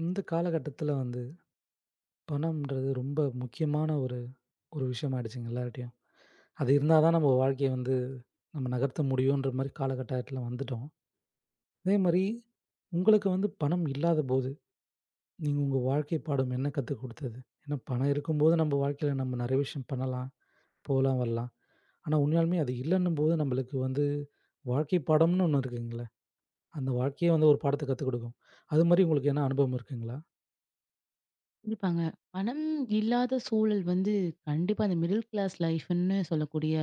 இந்த காலகட்டத்தில வந்து பணம்ன்றது ரொம்ப முக்கியமான ஒரு ஒரு விஷயம் ஆயிடுச்சுங்க எல்லார்ட்டயும். அது இருந்தா தான் நம்ம வாழ்க்கைய வந்து நம்ம நகர்த்த முடியுன்ற மாரி காலகட்டத்தில வந்துட்டோம். அதே மாரி உங்களுக்கு வந்து பணம் இல்லாதபோது, நீங்க உங்க வாழ்க்கை பாடம் என்ன கத்துக் குடுத்தது? ஏன்னா பணம் இருக்கும்போது நம்ம வாழ்க்கையில நம்ம நெறைய விஷயம் பண்ணலாம், போலாம், வரலாம். ஆனா உண்மையாலுமே அது இல்லன்னும்போது நம்மளுக்கு வந்து வாழ்க்கை பாடம்னு ஒண்ணு இருக்குங்கல்ல. அந்த வாழ்க்கையே வந்து ஒரு பாடத்த கத்துக் குடுக்கும். அது மாரி உங்களுக்கு எதனா அனுபவம் இருக்குங்களா? கண்டிப்பாங்க. பணம் இல்லாத சூழல் வந்து கண்டிப்பா அந்த மிடில் கிளாஸ் லைஃப்ன்னு சொல்லக்கூடிய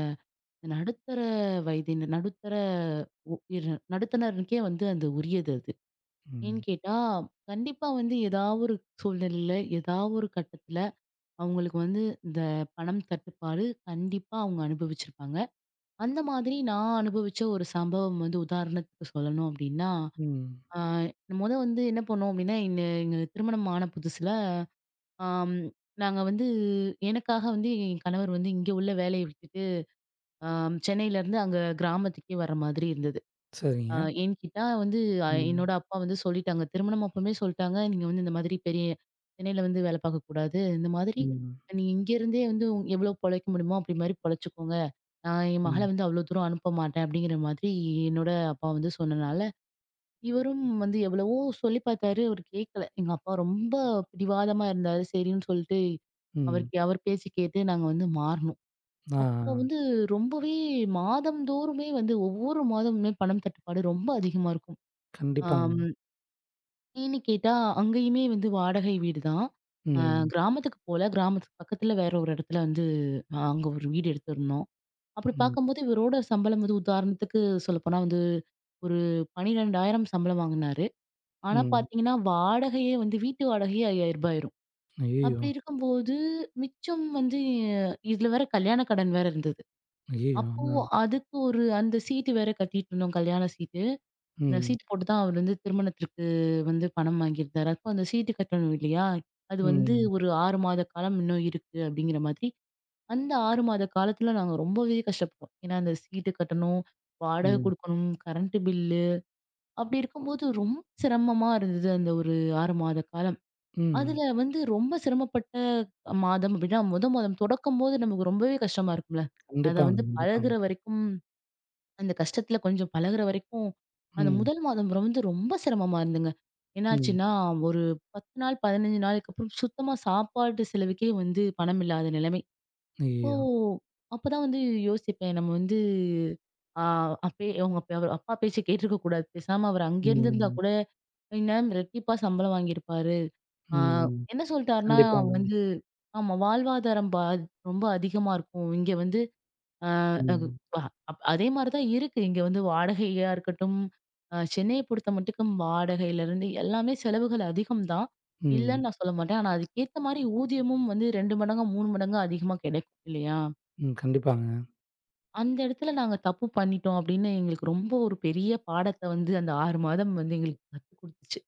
இந்த நடுத்தர வயதினர் நடுத்தர உ இர நடுத்தனருக்கே வந்து அது உரியது அது. ஏன்னு ம். கேட்டா, கண்டிப்பா வந்து ஏதாவது ஒரு சூழ்நிலையில, ஏதாவது ஒரு கட்டத்துல அவங்களுக்கு வந்து இந்த பணம் தட்டுப்பாடு கண்டிப்பா அவங்க அனுபவிச்சிருப்பாங்க. அந்த மாதிரி நான் அனுபவிச்ச ஒரு சம்பவம் வந்து உதாரணத்துக்கு சொல்லணும் அப்படின்னா, ம். ஆ மொத வந்து என்ன பண்ணோம் அப்படின்னா, எங்க எங்க திருமணம் ஆன புதுசுல ஆம். நாங்க வந்து எனக்காக வந்து என் கணவர் வந்து இங்க உள்ள வேலைய விட்டுட்டு, சென்னையில இருந்து அங்க கிராமத்துக்கே வர மாதிரி இருந்தது. அ சரிங்க. என்கிட்ட வந்து ம். என்னோட அப்பா வந்து சொல்லிட்டாங்க. திருமணம் அப்பமே சொல்ட்டாங்க, "நீங்க வந்து இந்த மாதிரி பெரிய சென்னையில வந்து வேலை பார்க்கக்கூடாது. இந்த மாதிரி ம். நீங்க இங்க இருந்தே வந்து எவ்வளோ பொழைக்க முடியுமோ, அப்படி மாரி பொழைச்சுக்கோங்க. நான் என் மகள ம். வந்து அவ்வளோ தூரம் அனுப்ப மாட்டேன்." அப்படிங்கிற மாதிரி என்னோட அப்பா வந்து சொன்னனால, இவரும் வந்து எவ்வளவோ சொல்லி பார்த்தாரு. அவரு கேட்கல. எங்க அப்பா ரொம்ப பிடிவாதமா இருந்தாரு. சரின்னு சொல்லிட்டு, ம். அவருக்கு அவர் பேச்சு கேட்டு நாங்க வந்து மாறுனோம். ஆ, அப்போ ஆ. வந்து ரொம்பவே மாதம்தோறுமே வந்து ஒவ்வொரு மாதமுமே பணம் தட்டுப்பாடு ரொம்ப அதிகமா இருக்கும். கண்டிப்பாங்க. ஆம் ஏன்னு கேட்டா, அங்கேயுமே வந்து வாடகை வீடு தான். அ ம். கிராமத்துக்கு போல, கிராமத்துக்கு பக்கத்துல வேற ஒரு இடத்துல வந்து அங்க ஒரு வீடு எடுத்திருந்தோம். அப்படி ம். பார்க்கும்போது இவரோட சம்பளம் வந்து உதாரணத்துக்கு சொல்லப்போனா வந்து ஒரு 12,000 சம்பளம் வாங்குனாரு. ஆனா ம். பாத்தீங்கன்னா, வாடகையே வந்து வீட்டு வாடகையே ரூ. 5000 ஆயிரும். ஐயய்யோ! அப்படி இருக்கும்போது, மிச்சம் வந்து இதுல வேற கல்யாண கடன் வேற இருந்தது. ஐயய்யோ! அப்போ ஆ. அதுக்கு ஒரு அந்த சீட்டு வேற கட்டிட்டு இருந்தோம். கல்யாண சீட்டு. அந்த ம். சீட்டு போட்டு தான் அவர் வந்து திருமணத்திற்கு வந்து பணம் வாங்கியிருந்தாரு. அப்போ அந்த சீட்டு கட்டணும் இல்லையா? அது வந்து ம். ஒரு 6 மாத காலம் இன்னும் இருக்கு அப்படிங்கிற மாதிரி. அந்த 6 மாத காலத்துல நாங்க ரொம்பவே கஷ்டப்பட்டோம். ஏன்னா, அந்த சீட்டு கட்டணும், வாடகை ம். குடுக்கணும், கரண்ட் பில்லு அப்படி இருக்கும்போது ரொம்ப சிரமமா இருந்தது அந்த ஒரு 6 மாத காலம். ம். அதுல வந்து ரொம்ப சிரமப்பட்ட மாதம் அப்படின்னா, முத மாதம் தொடக்கம்போது நமக்கு ரொம்பவே கஷ்டமா இருக்கும்ல. அத கண்டிப்பாங்க, வந்து கண்டிப்பாங்க. பழகுற வரைக்கும், அந்த கஷ்டத்துல கொஞ்சம் பழகுற வரைக்கும், அந்த ம். முதல் மாதம் வந்து ரொம்ப சிரமமா இருந்துங்க. ம். என்னாச்சுன்னா, ஒரு 10 நாள், 15 நாளுக்கு அப்புறம் சுத்தமா சாப்பாட்டு செலவுக்கே வந்து பணம் இல்லாத நிலைமை. அப்போ ஐயய்யோ! அப்பதான் வந்து யோசிப்பேன். நம்ம வந்து ஆ அப்பயே அவங்க அப்பா பேச்ச கேட்டிருக்க கூடாது. பேசாம அவர் அங்க இருந்திருந்தா ம். கூட, இந்நேரம் ரெட்டிப்பா சம்பளம் வாங்கியிருப்பாரு. ஆ ம். என்ன சொல்ட்டாருன்னா, கண்டிப்பாங்க. வந்து ஆமா வாழ்வாதாரம் ரொம்ப அதிகமா இருக்கும். இங்க வந்து அ அது ம். வ அப் அதே மாரி தான் இருக்கு. இங்க வந்து வாடகையா இருக்கட்டும், சென்னைய பொறுத்த மட்டுக்கும் வாடகையிலருந்து எல்லாமே செலவுகள் அதிகம் தான். ம். இல்லன்னு நான் சொல்ல மாட்டேன். ஆனா அதுக்கேத்த மாரி ஊதியமும் வந்து 2 மடங்கா, 3 மடங்கா அதிகமா கிடைக்கும் இல்லையா? ம். கண்டிப்பாங்க. அந்த இடத்துல நாங்க தப்பு பண்ணிட்டோம் அப்படின்னு எங்களுக்கு ரொம்ப ஒரு பெரிய பாடத்த வந்து அந்த 6 மாதம் வந்து எங்களுக்கு கத்து குடுத்துச்சு.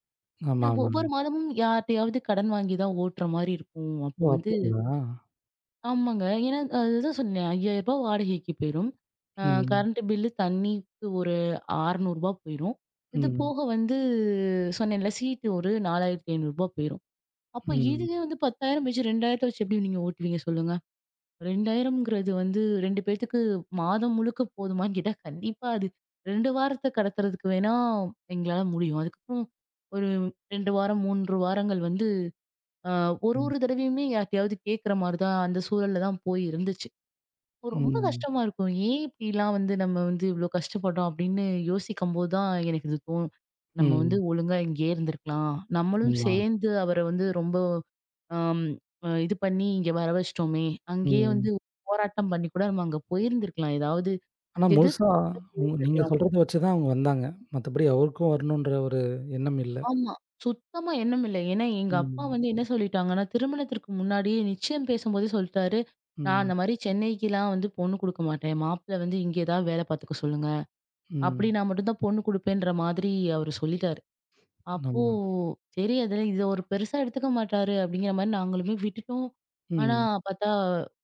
ஆமா, ஏன்னா ஆமாங்க. ஒவ்வொரு மாதமும் யார்ட்டயாவது கடன் வாங்கி தான் ஓட்டுற மாரி இருக்கும். அப்போ ஓ! வந்து அப்படிங்களா? ஆமாங்க. ஏன்னா அதுதான் சொன்னேனே ரூ. 5000 வாடகைக்கு போயிரும். அ ம். கரண்ட் பில்லு, தண்ணிக்கு ஒரு ரூ. 600 போயிரும். இது ம். போக வந்து சொன்னேன்ல சீட்டு ஒரு ரூ. 4500 போயிரும். அப்போ ம். இதுவே வந்து 10,000 வச்சு 2,000 வச்சு எப்படி நீங்க ஓட்டுவீங்க சொல்லுங்க? 2,000ங்கிறது வந்து 2 பேத்துக்கு மாதம் முழுக்க போதுமான்னு கேட்டா, கண்டிப்பா அது 2 வாரத்த கடத்துறதுக்கு வேணா எங்களால முடியும். அதுக்கப்புறம் ஒரு 2 வாரம், 3 வாரங்கள் வந்து அ ஒரு ம். ஒரு தடவையுமே யார்ட்டயாவது கேட்கிற மாரி தான் அந்த சூழல்ல தான் போய் இருந்துச்சு. ரொம்ப ம். கஷ்டமா இருக்கும். ஏன் இப்படிலாம் வந்து நம்ம வந்து இவ்ளோ கஷ்டப்பட்டோம் அப்படின்னு யோசிக்கும்போது தான் எனக்கு இது தோணும். நம்ம வந்து ம். ஒழுங்கா இங்கேயே இருந்திருக்கலாம். நம்மளும் ஆமா. சேர்ந்து அவர வந்து ரொம்ப ஆம், இது பண்ணி இங்க வர வச்சுட்டோமே. அங்கேயே ம். வந்து போராட்டம் பண்ணி கூட நம்ம அங்க போயிருந்திருக்கலாம். ஏதாவது ஆனா, எதிர்த்து முழுசா ம் நீங்க இருந்திருக்கலாம். சொல்றத வச்சு தான் அவங்க வந்தாங்க. மத்தபடி அவருக்கும் வரணுன்ற ஒரு எண்ணம் இல்ல. ஆமா. சுத்தமா எண்ணம் இல்ல. ஏன்னா எங்க அப்பா ம். வந்து என்ன சொல்லிட்டாங்கன்னா, திருமணத்திற்கு முன்னாடியே நிச்சயம் பேசும்போதே சொல்லிட்டாரு. நான் ம். அந்த மாரி சென்னைக்குலாம் வந்து பொண்ணு குடுக்க மாட்டேன். மாப்பிள வந்து இங்கே தான் வேலை பார்த்துக்க சொல்லுங்க. அப்படி ம். நான் மட்டும் தான் பொண்ணு குடுப்பேன்ற மாதிரி அவரு சொல்லிட்டாரு. அப்போ ஆமா. சரி அதெல்லாம் இத ஒரு பெருசா எடுத்துக்க மாட்டாரு அப்படிங்கிற மாரி நாங்களுமே விட்டுட்டோம். ஆனா ம். பார்த்தா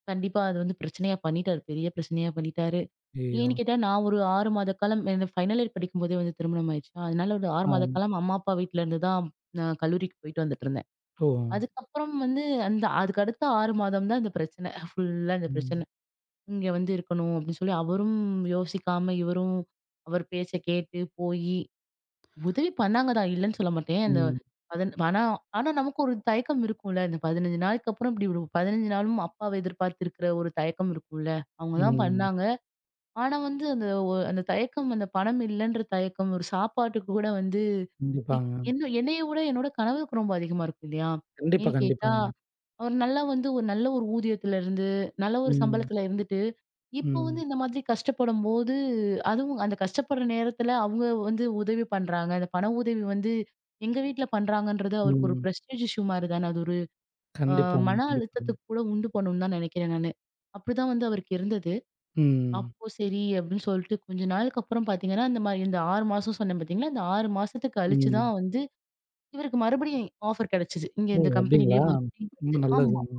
கண்டிப்பா அது வந்து பிரச்சனையா பண்ணிட்டாரு. பெரிய பிரச்சனையா பண்ணிட்டாரு. ஐயய்யோ! ஏன்னு கேட்டா நான் ஒரு 6 மாத காலம் எனக்கு ஃபைனல் இயர் படிக்கும்போதே வந்து திருமணம் ஆயிருச்சா. அதனால ஒரு 6 ஆ. மாத காலம் அம்மா, அப்பா வீட்ல இருந்து தான் நான் கல்லூரிக்கு போயிட்டு வந்துட்டு இருந்தேன். ஓ! அதுக்கப்புறம் வந்து அந்த அதுக்கு அடுத்த 6 மாதம் தான் இந்த பிரச்சனை. ஃபுல்லா இந்த பிரச்சனை. ம். இங்க வந்து இருக்கணும் அப்படின்னு சொல்லி அவரும் யோசிக்காம, இவரும் அவர் பேச்ச கேட்டு போயி உதவி பண்ணாங்க தான். இல்லன்னு சொல்ல மாட்டேன். அந்த ம். அதன் ஆனா ஆனா நமக்கு ஒரு தயக்கம் இருக்கும்ல. இந்த 15 நாளுக்கு அப்புறம் இப்படி ஒரு 15 நாளும் அப்பாவ எதிர்பார்த்திருக்கிற ஒரு தயக்கம் இருக்கும்ல. அவங்க தான் ம். பண்ணாங்க. ஆனா வந்து அந்த அந்த தயக்கம், அந்த பணம் இல்லன்ற தயக்கம், ஒரு சாப்பாட்டுக்கு கூட வந்து இ கண்டிப்பாங்க. என்ன என்னைய விட என்னோட கணவருக்கு ரொம்ப அதிகமா இருக்கும் இல்லையா? கண்டிப்பா, ஏன்னு கேட்டா, கண்டிப்பாங்க. அவர் நல்லா வந்து ஒரு நல்ல ஒரு ஊதியத்துல இருந்து, நல்ல ஒரு ம். சம்பளத்துல இருந்துட்டு, இப்போ ம். வந்து இந்த மாதிரி கஷ்டப்படும்போது, அதுவும் அந்த கஷ்டப்படுற நேரத்துல அவங்க வந்து உதவி பண்றாங்க. அந்த பண உதவி வந்து எங்க வீட்ல பண்றாங்கன்றது அவருக்கு ஒரு ம். பிரஸ்டீஜ் இஷ்யூ மாரி தானே. அது ஒரு அ கண்டிப்பாங்க, மன கண்டிப்பாங்க. அழுத்தத்துக்கு கூட உண்டு பண்ணும்னு தான் நினைக்கிறேன் நானு. அப்படிதான் வந்து அவருக்கு இருந்தது. ம். அப்போ சரி அப்படின்னு சொல்லிட்டு கொஞ்ச நாளுக்கு அப்புறம் பாத்தீங்கன்னா, இந்த மாரி இந்த 6 மாசம் சொன்னேன் பாத்தீங்களா? அந்த 6 மாசத்துக்கு கழிச்சு ம். தான் வந்து இவருக்கு மறுபடியும் ஆஃபர் கிடைச்சது. இங்க ஓ! இந்த கம்பெனிலயே அப்டிங்களா? மறுபடியும் ரொம்ப வந்து ஆமா. நல்லதுங்க.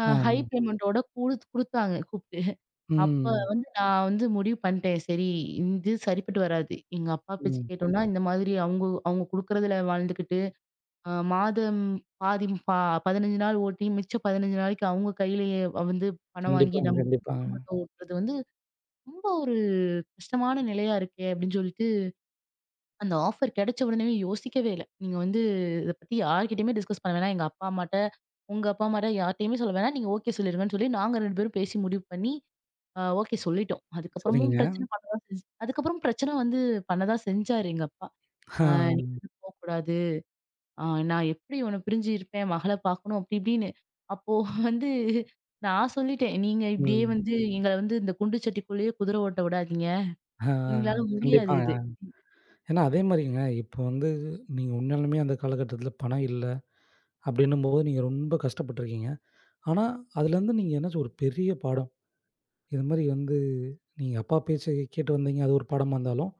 ஆ. ஹை பேமெண்டோட குடுத்தாங்க கூப்ட்டு. அப்ப ம். வந்து நான் வந்து முடிவு பண்ணிட்டேன். சரி இது சரிப்பட்டு வராது. எங்க அப்பா பேச்சு ம். கேட்டோம்னா, இந்த மாதிரி அவங்க அவங்க குடுக்கறதுல வாழ்ந்துகிட்டு, மாதம் பாதி பா 15 நாள் ஓட்டி, மிச்ச 15 நாளைக்கு அவங்க கையிலயே வந்து பணம் வாங்கி கண்டிப்பாங்க, நம்ம கண்டிப்பாங்க. குடும்பத்த ஓட்டுறது வந்து ரொம்ப ஒரு கஷ்டமான நிலையா இருக்கே! அப்டின்னு சொல்லிட்டு, அந்த ஆஃபர் கிடைச்ச உடனேவே யோசிக்கவே இல்ல. நீங்க வந்து இத பத்தி யார்கிட்டயுமே டிஸ்கஸ் பண்ண வேணாம். எங்க அப்பா, அம்மாட்ட, உங்க அப்பா, அம்மாட்ட யார்ட்டயுமே சொல்ல வேணாம். நீங்க ஓகே சொல்லிருங்கன்னு சொல்லி நாங்க 2 பேரும் பேசி முடிவு பண்ணி, ஓகே சொல்லிட்டோம். அதுக்கப்புறமும் சரிங்க. பிரச்சனை பண்ண தான் செஞ்சு அதுக்கப்புறம் பிரச்சனை வந்து பண்ண தான் செஞ்சாரு எங்க அப்பா. ஆ. அ "நீ வந்து போக்கூடாது. அ நான் எப்டி உன்ன பிரிஞ்சு இருப்பேன்? மகள பார்க்கணும்." அப்டி இப்டின்னு. அப்போ வந்து நான் சொல்லிட்டேன். "நீங்க இப்டியே ம். வந்து எங்கள வந்து இந்த குண்டு சட்டிக்குள்ளேயே குதிரை ஓட்ட விடாதீங்க. ஆ. எங்களால முடியாது இது." கண்டிப்பாங்க. ஏன்னா, அதே மாரிங்க, இப்போ வந்து நீங்க உண்மையாலுமே அந்த காலகட்டத்தில பணம் இல்ல அப்படின்னும்போது நீங்க ரொம்ப கஷ்டப்பட்டுருக்கீங்க. ஆனா, அதுலேருந்து நீங்க என்னாச்சும் ஒரு பெரிய பாடம். இது மாரி வந்து நீங்க அப்பா பேச்சை கேட்டு வந்தீங்க. அது ஒரு பாடமா இருந்தாலும்,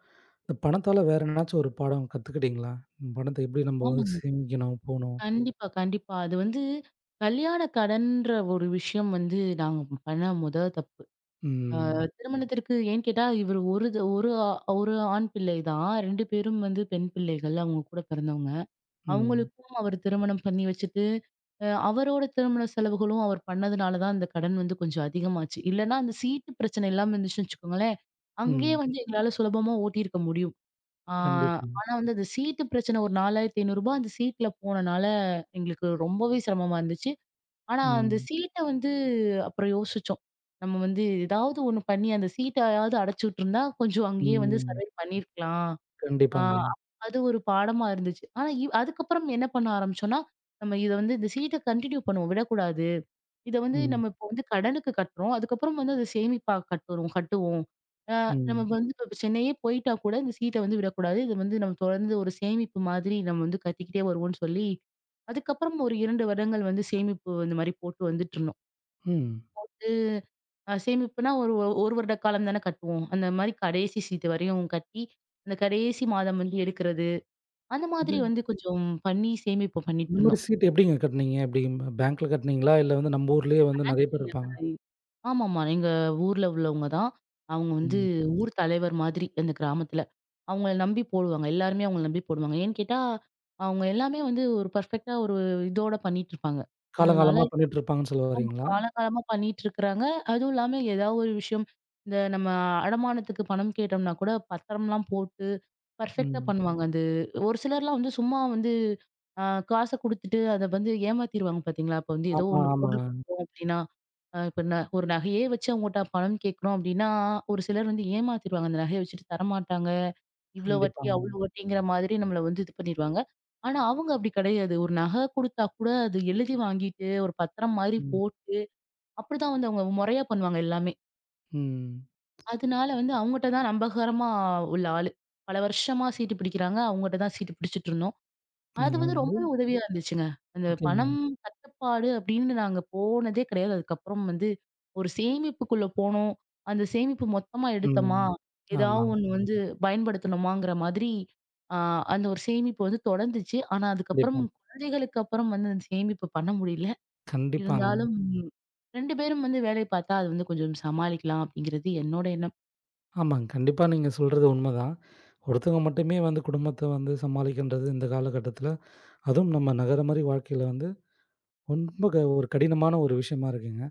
இந்த பணத்தால வேற என்னாச்சும் ஒரு பாடம் கத்துக்கிட்டீங்களா? பணத்த எப்படி நம்ம வந்து ஆமா. சேமிக்கணும், போணும். கண்டிப்பா, கண்டிப்பா. அது வந்து கல்யாண கடன்ற ஒரு விஷயம் வந்து நாங்க பண்ண மொத தப்பு. அ ம். திருமணத்திற்கு ஏன்னு கேட்டா, இவரு ஒரு த ஒரு ஆ ஒரு ஆண் பிள்ளை தான். 2 பேரும் வந்து பெண் பிள்ளைகள். அவங்க கூட பிறந்தவங்க. ம். அவங்களுக்கும் அவர் திருமணம் பண்ணி வச்சுட்டு, அவரோட திருமண செலவுகளும் அவர் பண்ணதுனால தான் அந்த கடன் வந்து கொஞ்சம் அதிகமாச்சு. இல்லன்னா அந்த சீட்டு பிரச்சனை இல்லாம இருந்துச்சுன்னு வச்சுக்கோங்களேன், அங்கேயே ம். வந்து எங்களால சுலபமா ஓட்டியிருக்க முடியும். ஆ, கண்டிப்பா. ஆனா வந்து அந்த சீட்டு பிரச்சனை ஒரு ரூ. 4,500 அந்த சீட்ல போனனால எங்களுக்கு ரொம்பவே சிரமமா இருந்துச்சு. ஆனா அந்த ம். சீட்ட வந்து அப்புறம் யோசிச்சோம். நம்ம வந்து ஏதாவது ஒண்ணு பண்ணி அந்த சீட்டயாவது அடைச்சு விட்டுருந்தா, கொஞ்சம் அங்கேயே வந்து ம். சர்வைவ் பண்ணியிருக்கலாம். ஆ கண்டிப்பாங்க. அது ஒரு பாடமா இருந்துச்சு. ஆனா அதுக்கப்புறம் என்ன பண்ண ஆரம்பிச்சோம்னா, நம்ம இத வந்து இந்த சீட்ட கன்டின்யூ பண்ணுவோம். விடக்கூடாது. இத வந்து ம். நம்ம இப்போ வந்து கடனுக்கு கட்டுறோம். அதுக்கப்புறம் வந்து அத சேமிப்பா கட்டுவோம். அ நம்ம ம். வந்து இப்ப சென்னையே போயிட்டா கூட இந்த சீட்ட வந்து விடக்கூடாது. இது வந்து நம்ம தொடர்ந்து ஒரு சேமிப்பு மாதிரி நம்ம வந்து கட்டிக்கிட்டே வருவோம்ன்னு சொல்லி, அதுக்கப்புறம் ஒரு 2 வருடங்கள் வந்து சேமிப்பு இந்த மாரி போட்டு வந்துட்டு இருந்தோம். ம். சேமிப்புனா ஒரு 1 வருட காலம் தானே கட்டுவோம். அந்த மாரி கடைசி சீட்டு வரையும் கட்டி, அந்த கடைசி மாதம் வந்து எடுக்கிறது. அந்த இது மாதிரி வந்து கொஞ்சம் பண்ணி சேமிப்பு அந்த பண்ணிட்டு மாரி இருந்தோம். சீட்டு எப்படிங்க கட்டுனீங்க? எப்படி பேங்க்ல கட்டுனீங்களா? இல்ல வந்து நம்ம ஊர்லயே வந்து நெறைய பேங்க் பேர் இல்லங்க. இருப்பாங்க. ஆமாமா. எங்க ஊர்ல உள்ளவங்க தான். அவங்க வந்து ம். ஊர் தலைவர் மாதிரி அந்த கிராமத்துல. அவங்கள நம்பி போடுவாங்க. எல்லாருமே அவங்கள நம்பி போடுவாங்க. ஏன்னு கேட்டா, அவங்க எல்லாமே வந்து ஒரு பெர்ஃபெக்ட்டா ஒரு இதோட பண்ணிட்டு இருப்பாங்க. அதனால காலங்காலமா பண்ணிட்டு இருப்பாங்கன்னு சொல்ல ஆமா. வர்றீங்களா? காலங்காலமா பண்ணிட்டு இருக்கிறாங்க. அதுவும் இல்லாம ஏதாவது ஒரு விஷயம், இந்த நம்ம அடமானத்துக்கு பணம் கேட்டோம்னா கூட பத்திரம்லாம் போட்டு பெர்ஃபெக்ட்டா ம். பண்ணுவாங்க. அது ஒரு சிலர்லாம் வந்து சும்மா வந்து அ காச குடுத்துட்டு அத வந்து ஏமாத்திருவாங்க பார்த்தீங்களா? அப்ப வந்து ஏதோ ஆமா, ஒண்ணு பொருள் ஆமாங்க. குடுக்குறோம் அப்டின்னா, இப்ப ஒரு நகையே வச்சு அவங்கட்ட பணம் கேட்கிறோம் அப்டின்னா, ஒரு சிலர் வந்து ஏமாத்திருவாங்க. அந்த நகைய வச்சுட்டு தரமாட்டாங்க. இவ்ளோ வட்டி, கண்டிப்பாங்க. அவ்ளோ வட்டிங்கிற மாதிரி நம்மள வந்து இது பண்ணிருவாங்க. ஆனா அவங்க அப்டி கிடையாது. ஒரு நகை குடுத்தா கூட அது எழுதி வாங்கிட்டு ஒரு பத்திரம் மாரி ம். போட்டு அப்படிதான் வந்து அவங்க முறையா பண்ணுவாங்க எல்லாமே. ம். அதனால வந்து அவங்கட்ட தான் நம்பகரமா உள்ள ஆளு. பல வருஷமா சீட்டு பிடிக்கிறாங்க. அவங்கட்ட தான் சீட்டு பிடிச்சுட்டு இருந்தோம். இப்ப அது நீங்க வந்து வந்து ரொம்பவே உதவியா இருந்துச்சுங்க. அந்த ஓகேங்க. பணம் தட்டுப்பாடு அப்படின்னு நாங்க போனதே கிடையாது. அதுக்கப்புறம் வந்து ஒரு சேமிப்புக்குள்ள போனோம். அந்த சேமிப்பு மொத்தமா எடுத்தோமா, ம். ஆமா. ஏதாவது ஒண்ணு வந்து பயன்படுத்தணுமாங்கிற மாதிரி ஆ அந்த ஒரு சேமிப்பு வந்து தொடர்ந்துச்சு. ஆனா அதுக்கப்புறம் கண்டிப்பா. குழந்தைகளுக்கு அப்புறம் வந்து அந்த சேமிப்பு பண்ண முடியல. கண்டிப்பாங்க. இருந்தாலும் 2 பேரும் வந்து வேலை பார்த்தா, அது வந்து கொஞ்சம் சமாளிக்கலாம் அப்படிங்கிறது என்னோட எண்ணம். ஆமாங்க. கண்டிப்பா நீங்க சொல்றது உண்மதான். ஒருத்தவங்க மட்டுமே வந்து குடும்பத்த வந்து சமாளிக்கின்றது இந்த காலகட்டத்தில, அதுவும் நம்ம நகர மாரி வாழ்க்கையில வந்து ரொம்ப ஒரு கடினமான ஒரு விஷயமா இருக்குங்க.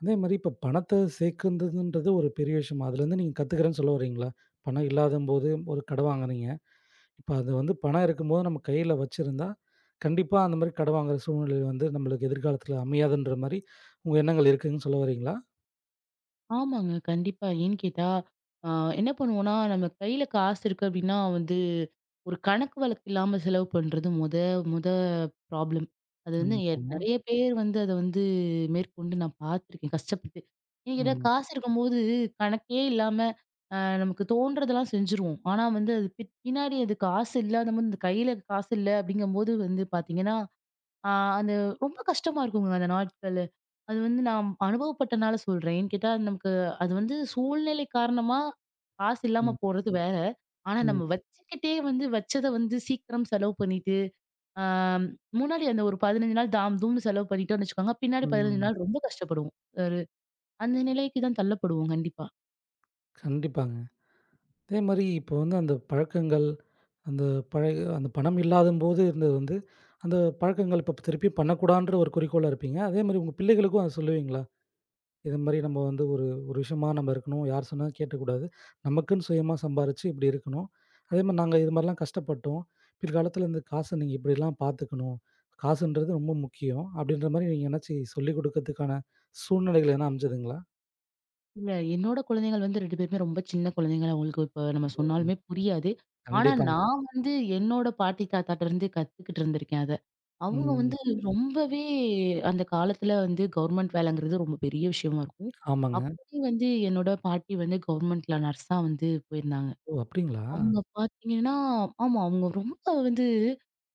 அதே மாரி இப்ப பணத்த சேர்க்குந்ததுன்றது ஒரு பெரிய விஷயம். அதுலேருந்து நீங்க கத்துக்கிறேன்னு சொல்ல வரீங்களா? பணம் இல்லாதம்போது ஒரு கட வாங்குறீங்க. இப்ப அது வந்து பணம் இருக்கும்போது நம்ம கையில வச்சிருந்தா, கண்டிப்பா அந்த மாரி கட வாங்குற சூழ்நிலை வந்து நம்மளுக்கு எதிர்காலத்தில அமையாதுன்ற மாரி உங்க எண்ணங்கள் இருக்குன்னு சொல்ல வரீங்களா? ஆமாங்க. கண்டிப்பா. ஏன்னு கேட்டா, அ என்ன பண்ணுவோம்னா, நம்ம கையில காசு இருக்கு அப்படின்னா வந்து, ஒரு கணக்கு வழக்கு இல்லாம செலவு பண்றது மொத மொத ப்ராப்ளம். அது வந்து கண்டிப்பாங்க. நெறைய பேர் வந்து அத வந்து மேற்கொண்டு நான் பார்த்துருக்கேன் கஷ்டப்பட்டு. ஏன்னு கேட்டா, ம், காசு இருக்கும்போது கணக்கே இல்லாம நமக்கு தோன்றதெல்லாம் செஞ்சுருவோம். ஆனா வந்து அது பின்னாடி அது காசு இல்லாதபோது, இந்த கையில காசு இல்ல அப்படிங்கும்போது வந்து பார்த்தீங்கன்னா, ஆ அது ரொம்ப கஷ்டமா இருக்குங்க அந்த நாட்களு. அது வந்து நான் அனுபவப்பட்டனால சொல்றேன். ஏன்னு கேட்டா, நமக்கு அது வந்து சூழ்நிலை காரணமா காசு இல்லாம ம், போறது வேற. ஆனா நம்ம ம், வச்சுக்கிட்டே வந்து வச்சத வந்து சீக்கிரம் செலவு பண்ணிட்டு, ஆ முன்னாடி அந்த ஒரு 15 நாள் தாம் தூம்னு செலவு பண்ணிட்டோம்னு வச்சுக்கோங்க. பின்னாடி 15 ம். நாள் ரொம்ப கஷ்டப்படுவோம். ஒரு அந்த நிலைக்கு தான் தள்ளப்படுவோம் கண்டிப்பா. கண்டிப்பாங்க. அதே மாரி இப்போ வந்து அந்த பழக்கங்கள், அந்த அந்த பணம் இல்லாதம்போது இருந்தது வந்து, அந்த பழக்கங்கள் இப்ப திருப்பி பண்ணக்கூடாதுன்ற ஒரு குறிக்கோளா இருப்பீங்க. அதே மாரி உங்க பிள்ளைகளுக்கும் அத சொல்லுவீங்களா? இது மாரி நம்ம வந்து ஒரு ஒரு விஷயமா நம்ம இருக்கணும். யார் சொன்னாலும் கேட்கக்கூடாது. நமக்குன்னு சுயமா சம்பாரிச்சு இப்படி இருக்கணும். அதே மாரி நாங்க இது மாரிலாம் கஷ்டப்பட்டோம். பிற்காலத்துல இந்த காச நீங்க இப்படிலாம் பார்த்துக்கணும். காசுன்றது ரொம்ப முக்கியம். அப்படின்ற மாரி நீங்க என்னாச்சு சொல்லிக் குடுக்கறதுக்கான சூழ்நிலைகள் எதுனா அமைஞ்சதுங்களா? இல்ல. என்னோட குழந்தைகள் வந்து 2 பேருமே ரொம்ப சின்ன குழந்தைகள். அவங்களுக்கு இப்ப நம்ம சொன்னாலுமே புரியாது. ஆனா ம். கண்டிப்பாங்க. நான் வந்து என்னோட பாட்டி, தாத்தாட்டருந்து கத்துக்கிட்டு இருந்திருக்கேன் அத. அவங்க ம். வந்து ரொம்பவே அந்த காலத்துல வந்து கவர்மெண்ட் வேலைங்கிறது ரொம்ப பெரிய விஷயமா இருக்கும். ஆமாங்க. அப்பவே வந்து என்னோட பாட்டி வந்து கவர்மெண்ட்ல நர்ஸா வந்து போயிருந்தாங்க. ஓ! அப்படிங்களா? அவங்க பாத்தீங்கன்னா, ஆமா. அவங்க ரொம்ப வந்து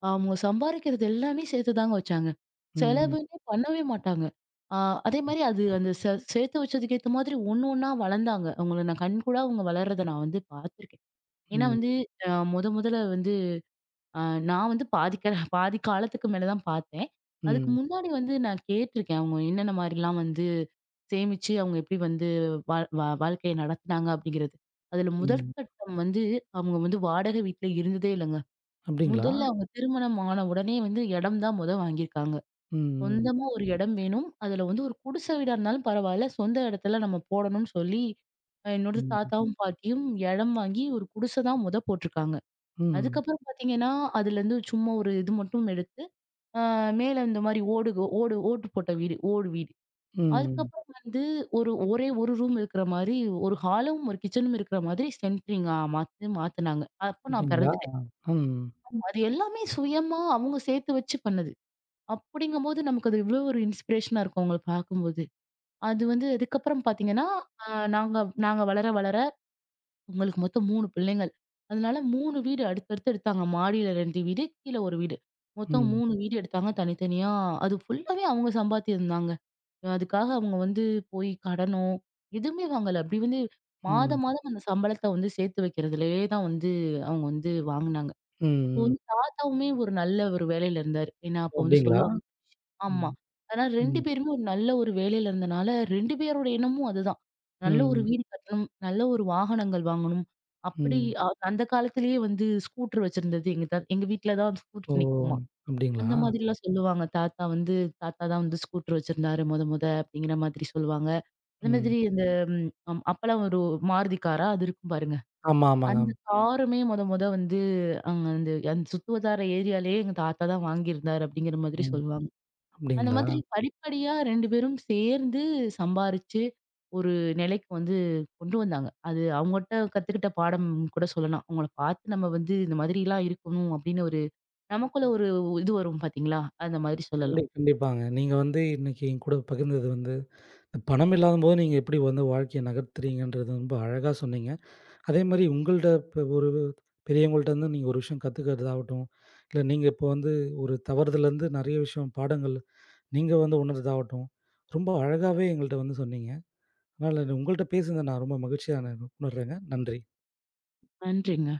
அவங்க சம்பாரிக்கிறது எல்லாமே சேர்த்துதாங்க வச்சாங்க. ம், செலவுன்னே பண்ணவே மாட்டாங்க. ஆ அதேமாரி அது அந்த சேர்த்து வச்சதுக்கு ஏத்த மாதிரி ஒண்ணு ஒண்ணா வளர்ந்தாங்க. அவங்கள நான் கண்கூடா அவங்க வளர்றத நான் வந்து பாத்துருக்கேன். ஏன்னா ம், வந்து மொதல்ல வந்து அ நான் வந்து பாதி காலத்துக்கு மேல தான் பார்த்தேன். அதுக்கு ம், முன்னாடி வந்து நான் கேட்டிருக்கேன். அவங்க என்னென்ன மாரிலாம் வந்து சேமிச்சு அவங்க எப்படி வந்து வாழ்க்கைய நடத்துனாங்க அப்படிங்கிறது. அதுல ம். முதற்கட்டம் வந்து அவங்க வந்து வாடகை வீட்ல இருந்ததே இல்லங்க. அப்படிங்களா? முதல்ல அவங்க திருமணம் ஆன உடனே வந்து இடம் தான் மொத வாங்கியிருக்காங்க. ம், சொந்தமா ஒரு இடம் வேணும். அதுல வந்து ஒரு குடிசை வீடா இருந்தாலும் பரவால்ல. சொந்த இடத்துல நம்ம போடணும்னு சொல்லி, என்னோட ம், ம், தாத்தாவும், பாட்டியும் இடம் வாங்கி ஒரு குடிசை தான் மொத போட்டிருக்காங்க. ம், அதுக்கப்புறம் பார்த்தீங்கன்னா, அதுலேருந்து சும்மா ஒரு இது மட்டும் எடுத்து, அ மேல இந்த மாரி ஓடு ஓடு ஓட்டு போட்ட வீடு, ஓடு வீடு. ம். அதுக்கப்புறம் வந்து ஒரு ஒரே ஒரு ரூம் இருக்கிற மாரி, ஒரு ஹாலும், ஒரு கிச்சனும் இருக்கிற மாதிரி சென்ட்ரிங்கா மாத்துனாங்க. அப்ப நான் அப்படிங்களா? பிறந்துட்டேன். ம், அது எல்லாமே சுயமா அவங்க சேர்த்து வச்சு பண்ணது. அப்படிங்கும்போது நமக்கு அது இவ்வளோ ஒரு இன்ஸ்பிரேஷனா இருக்கும் அவங்கள பார்க்கும்போது. அது வந்து அதுக்கப்புறம் பார்த்தீங்கன்னா, அ நாங்க நாங்க வளர வளர உங்களுக்கு மொத்தம் 3 பிள்ளைங்கள். அதனால 3 வீடு அடுத்தடுத்து எடுத்தாங்க. மாடியில 2 வீடு, கீழ 1 வீடு. மொத்தம் ம், 3 வீடு எடுத்தாங்க தனித்தனியா. அது ஃபுல்லாவே அவங்க சம்பாத்தியம்தாங்க. அதுக்காக அவங்க வந்து போய் கடனோ, எதுவுமே வாங்கல. அப்படி வந்து ம், மாதம் மாதம் அந்த சம்பளத்த வந்து சேர்த்து வைக்கிறதுலயே தான் வந்து அவங்க வந்து வாங்குனாங்க. ம், அப்போ ம். வந்து தாத்தாவுமே ஒரு நல்ல ஒரு வேலையில இருந்தாரு. ஏன்னா ஓ! அப்போ வந்து அப்படிங்களா? சொல்லுவாங்க. ஆமா. ம், ஆனா 2 ம். பேருமே ஒரு நல்ல ஒரு வேலையில இருந்தனால 2 பேரோட எண்ணமும் அதுதான். நல்ல ஒரு ம், வீடு கட்டணும், நல்ல ஒரு வாகனங்கள் வாங்கணும். அப்படி ம். அந்த காலத்திலேயே வந்து ஸ்கூட்டர் வச்சிருந்தது எங்க எங்க வீட்ல தான் ஓ! ஸ்கூட்டர் நிக்குமாம். அப்டிங்களா? அந்த மாதிரிலாம் சொல்லுவாங்க. தாத்தா தான் வந்து ஸ்கூட்டர் வச்சிருந்தாரு மொத மொத அப்படிங்கிற மாதிரி சொல்லுவாங்க. அதே ம். மாதிரி இந்த அப்பலாம் ஒரு மாருதி காரா அது இருக்கும் பாருங்க. ஆமா, ஆமாங்க. அந்த காருமே மொத மொத வந்து அங்க அந்த அந்த சுத்துவட்டார ஏரியாலயே எங்க தாத்தா தான் வாங்கியிருந்தாரு அப்படிங்கிற மாதிரி ம். சொல்லுவாங்க. அந்த அப்டிங்களா? மாதிரி படிப்படியா 2 பேரும் சேர்ந்து சம்பாரிச்சு, ஒரு நிலைக்கு வந்து கொண்டு வந்தாங்க. அது அவங்கட்ட கத்துக்கிட்ட பாடம் கூட சொல்லலாம். அவங்கள பார்த்து நம்ம வந்து இந்த மாதிரிலாம் இருக்கணும் அப்படின்னு ஒரு நமக்குள்ள ஒரு இது வரும் பார்த்தீங்களா? அந்த மாதிரி கண்டி சொல்லலாம். கண்டிப்பாங்க. நீங்க வந்து இன்னைக்கு என் கூட பகிர்ந்தது வந்து, பணம் இல்லாதபோது நீங்க எப்டி வந்து வாழ்க்கைய நகர்த்துறீங்கன்றது ரொம்ப அழகா சொன்னீங்க. அதேமாரி உங்கள்ட்ட இப்ப ஒரு பெரியவங்கள்ட்டருந்து நீங்க ஒரு விஷயம் கத்துக்கிறதாகட்டும், இல்ல நீங்க இப்போ வந்து ஒரு தவறுதலருந்து நெறைய விஷயம் பாடங்கள் நீங்க வந்து உணர்றதாகட்டும், ரொம்ப அழகாவே எங்கள்ட்ட வந்து சொன்னீங்க. அதனால உங்கள்ட்ட பேசுனத நான் ரொம்ப மகிழ்ச்சியா நான் உணர்றேங்க. நன்றி. நன்றிங்க.